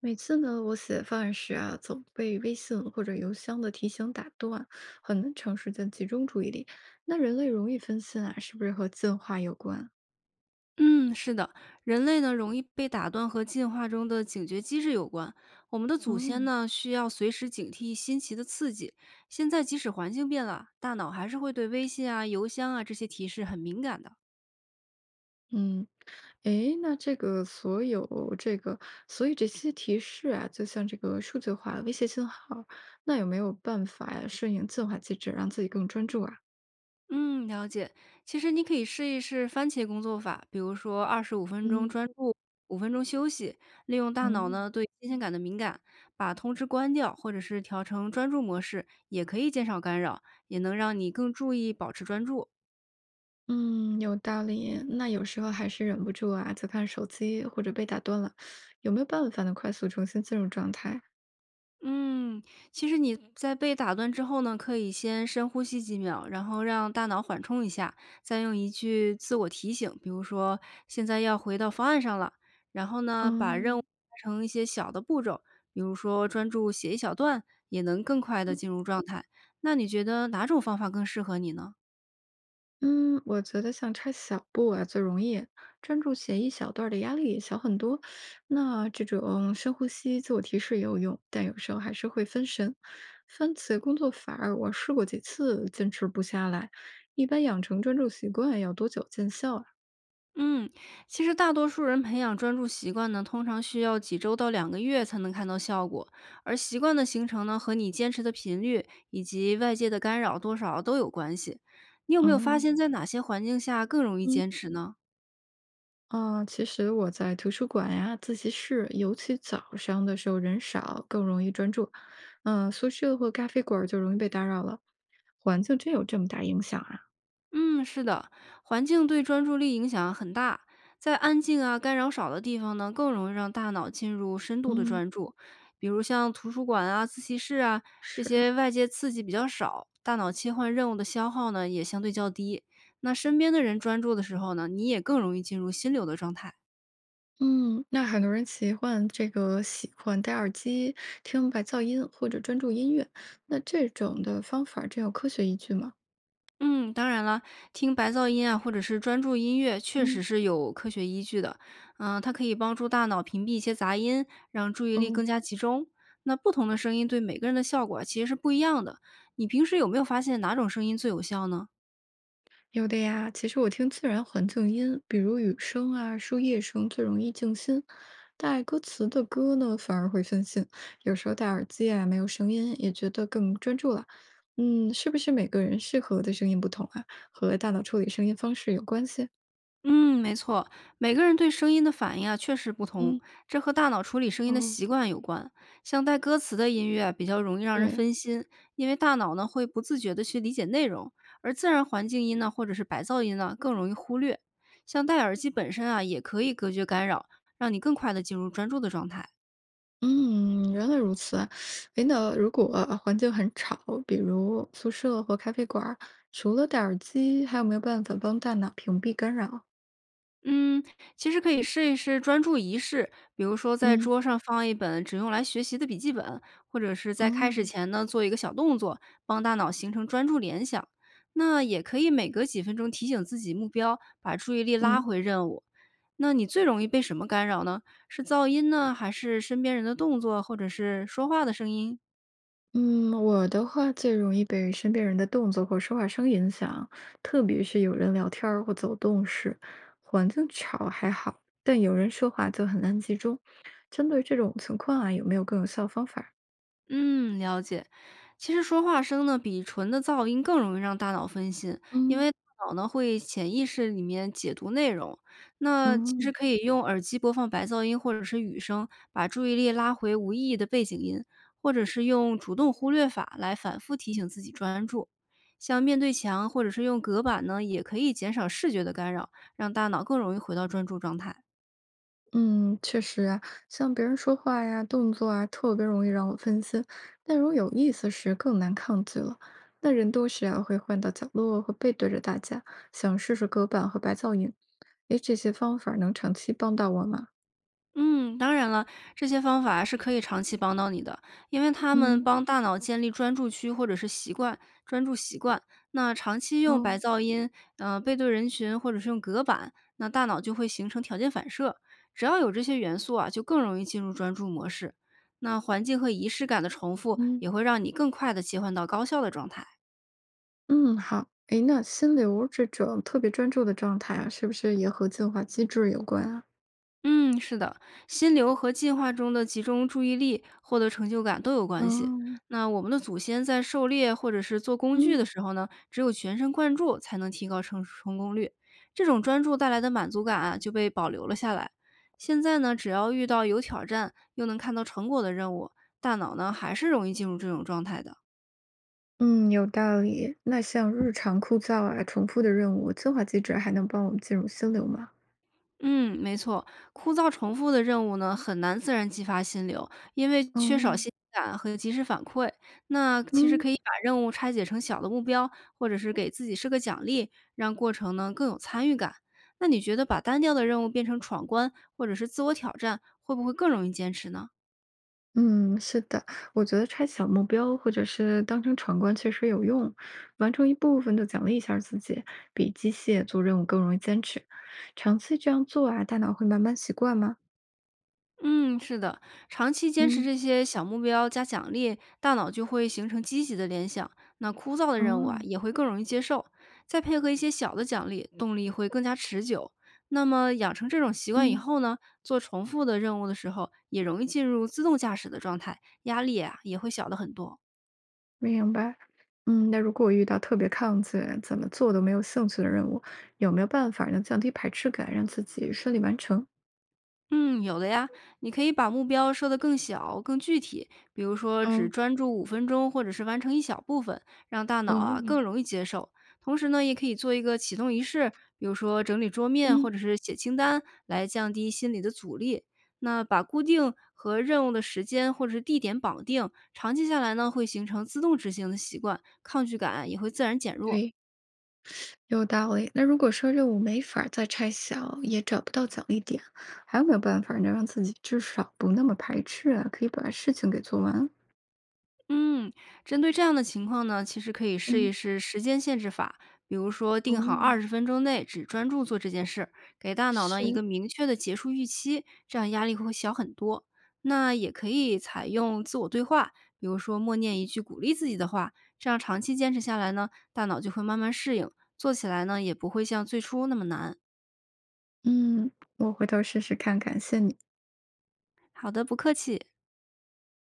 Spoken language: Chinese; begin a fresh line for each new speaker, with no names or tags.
每次呢，我写方案时啊，总被微信或者邮箱的提醒打断，很难长时间集中注意力。那人类容易分心啊，是不是和进化有关？
嗯，是的，人类呢容易被打断和进化中的警觉机制有关。我们的祖先
嗯
呢需要随时警惕新奇的刺激，现在即使环境变了，大脑还是会对微信啊、邮箱啊这些提示很敏感的。
嗯，诶，那所以这些提示啊，就像这个数字化的威胁信号，那有没有办法呀、顺应进化机制，让自己更专注啊？
嗯，了解。其实你可以试一试番茄工作法，比如说25分钟
嗯，
专注，五分钟休息，利用大脑
哦。
呢对新鲜感的敏感，把通知关掉或者是调成专注模式，也可以减少干扰，也能让你更注意保持专注。
嗯，有道理。那有时候还是忍不住啊，在看手机或者被打断了，有没有办法能快速重新进入状态？
嗯，其实你在被打断之后呢，可以先深呼吸几秒，然后让大脑缓冲一下，再用一句自我提醒，比如说现在要回到方案上了，然后呢，把任务
嗯，
拆成一些小的步骤，比如说专注写一小段，也能更快的
嗯，
进入状态。那你觉得哪种方法更适合你呢？
嗯，我觉得像拆小步啊最容易，专注写一小段儿的压力也小很多。那这种深呼吸、自我提示也有用，但有时候还是会分神。分茄工作法儿我试过几次，坚持不下来。一般养成专注习惯要多久见效啊？
嗯，其实大多数人培养专注习惯呢，通常需要几周到2个月才能看到效果，而习惯的形成呢，和你坚持的频率以及外界的干扰多少都有关系。你有没有发
嗯
现，在哪些环境下更容易
嗯。
坚持呢？
啊，其实我在图书馆呀、自习室，尤其早上的时候人少，更容易专注。嗯，宿舍或咖啡馆儿就容易被打扰了。环境真有这么大影响啊？
嗯，是的，环境对专注力影响很大。在安静啊、干扰少的地方呢，更容易让大脑进入深度的
嗯，
专注。比如像图书馆啊、自习室啊这
是。
些外界刺激比较少，大脑切换任务的消耗呢也相对较低。那身边的人专注的时候呢，你也更容易进入心流的状态。
嗯，那很多人喜欢戴耳机听白噪音或者专注音乐，那这种的方法儿真有科学依据吗？
嗯，当然了，听白噪音啊，或者是专注音乐，确实
嗯，
是有科学依据的。它可以帮助大脑屏蔽一些杂音，让注意力
哦。
更加集中。那不同的声音对每个人的效果啊其实是不一样的。你平时有没有发现哪种声音最有效呢？
有的呀，其实我听自然环境音，比如雨声啊、树叶声最容易静心，带歌词的歌呢反而会分心。有时候戴耳机啊，没有声音也觉得更专注了。嗯，是不是每个人适合的声音不同啊，和大脑处理声音方式有关系？
嗯，没错，每个人对声音的反应啊，确实不同，
嗯，
这和大脑处理声音的
哦，
习惯有关。像带歌词的音乐啊比较容易让人
对，
分心，因为大脑呢会不自觉的去理解内容，而自然环境音呢或者是白噪音呢更容易忽略。像戴耳机本身啊，也可以隔绝干扰，让你更快的进入专注的状态。
嗯，原来如此啊。诶，那如果环境很吵，比如宿舍或咖啡馆儿，除了戴耳机，还有没有办法帮大脑屏蔽干扰？
嗯，其实可以试一试专注仪式，比如说在
嗯，
桌上放一本只用来学习的笔记本，或者是
哦，
在开始前呢做一个小动作，帮大脑形成专注联想。那也可以每隔几分钟提醒自己目标，把注意力拉
嗯。
回任务。那你最容易被什么干扰呢？是噪音呢，还是身边人的动作，或者是说话的声音？
嗯，我的话最容易被身边人的动作或说话声影响，特别是有人聊天儿或走动时，环境吵还好，但有人说话就很难集中。针对这种情况啊，有没有更有效方法儿
嗯，了解。其实说话声呢，比纯的噪音更容易让大脑分心，因
嗯，
为大脑呢会潜意识里面解读内容。那其实
嗯。
可以用耳机播放白噪音或者是雨声，把注意力拉回无意义的背景音，或者是用主动忽略法来反复提醒自己专注。像面对墙或者是用隔板呢，也可以减少视觉的干扰，让大脑更容易回到专注状态。
嗯，确实啊，像别人说话呀、动作啊，特别容易让我分心。但如果有意思时，更难抗拒了。那人多时啊，会换到角落或背对着大家，想试试隔板和白噪音。诶，这些方法能长期帮到我吗？
嗯，当然了，这些方法是可以长期帮到你的，因为它们
嗯，
帮大脑建立专注区或者是习惯，专注习惯。那长期用
哦，
白噪音，背对人群或者是用隔板，那大脑就会形成条件反射。只要有这些元素啊，就更容易进入专注模式。那环境和仪式感的重复
嗯
也会让你更快的切换到高效的状态。
嗯，好。诶，那心流这种特别专注的状态啊，是不是也和进化机制有关啊？
嗯，是的，心流和进化中的集中注意力、获得成就感都有关系。
哦，
那我们的祖先在狩猎或者是做工具
嗯。
的时候呢，只有全神贯注才能提高成功率。这种专注带来的满足感啊，就被保留了下来。现在呢，只要遇到有挑战又能看到成果的任务，大脑呢还是容易进入这种状态的。
嗯，有道理。那像日常枯燥啊、重复的任务，自化机制还能帮我们进入心流吗？
嗯，没错，枯燥重复的任务呢，很难自然激发心流，因为缺少
哦，
新鲜感和及时反馈。那其实
嗯
可以把任务拆解成小的目标，或者是给自己设个奖励，让过程呢更有参与感。那你觉得把单调的任务变成闯关或者是自我挑战，会不会更容易坚持呢？
嗯，是的，我觉得拆小目标或者是当成闯关确实有用，完成一部分就奖励一下自己，比机械做任务更容易坚持。长期这样做啊，大脑会慢慢习惯吗？
嗯，是的，长期坚持
嗯，
这些小目标加奖励，大脑就会形成积极的联想，那枯燥的任务啊
哦，
也会更容易接受，再配合一些小的奖励，动力会更加持久。那么养成这种习惯以
嗯，
后呢，做重复的任务的时候，也容易进入自动驾驶的状态，压力啊也会小的很多。
明白。嗯，那如果我遇到特别抗拒、怎么做都没有兴趣的任务，有没有办法能降低排斥感，让自己顺利完成？
嗯，有的呀，你可以把目标设得更小、更具体，比如说只
哦，
专注五分钟，或者是完成一小部分，让大脑啊更
哦，
容易接受。同时呢，也可以做一个启动仪式，比如说整理桌面或
嗯。
者是写清单，来降低心理的阻力。那把固定和任务的时间或者是地点绑定，长期下来呢，会形成自动执行的习惯，抗拒感啊也会自然减弱。
对，有道理。那如果说任务没法儿再拆小，也找不到奖励点，还有没有办法儿能让自己至少不那么排斥啊，可以把事情给做完？
嗯，针对这样的情况呢，其实可以试
嗯，
一试时间限制法，比如说定好
哦，
20分钟内只专注做这件事，给大脑呢一
是。
个明确的结束预期，这样压力会小很多。那也可以采用自我对话，比如说默念一句鼓励自己的话，这样长期坚持下来呢，大脑就会慢慢适应，做起来呢也不会像最初那么难。
嗯，我回头试试看，感谢你。
好的，不客气。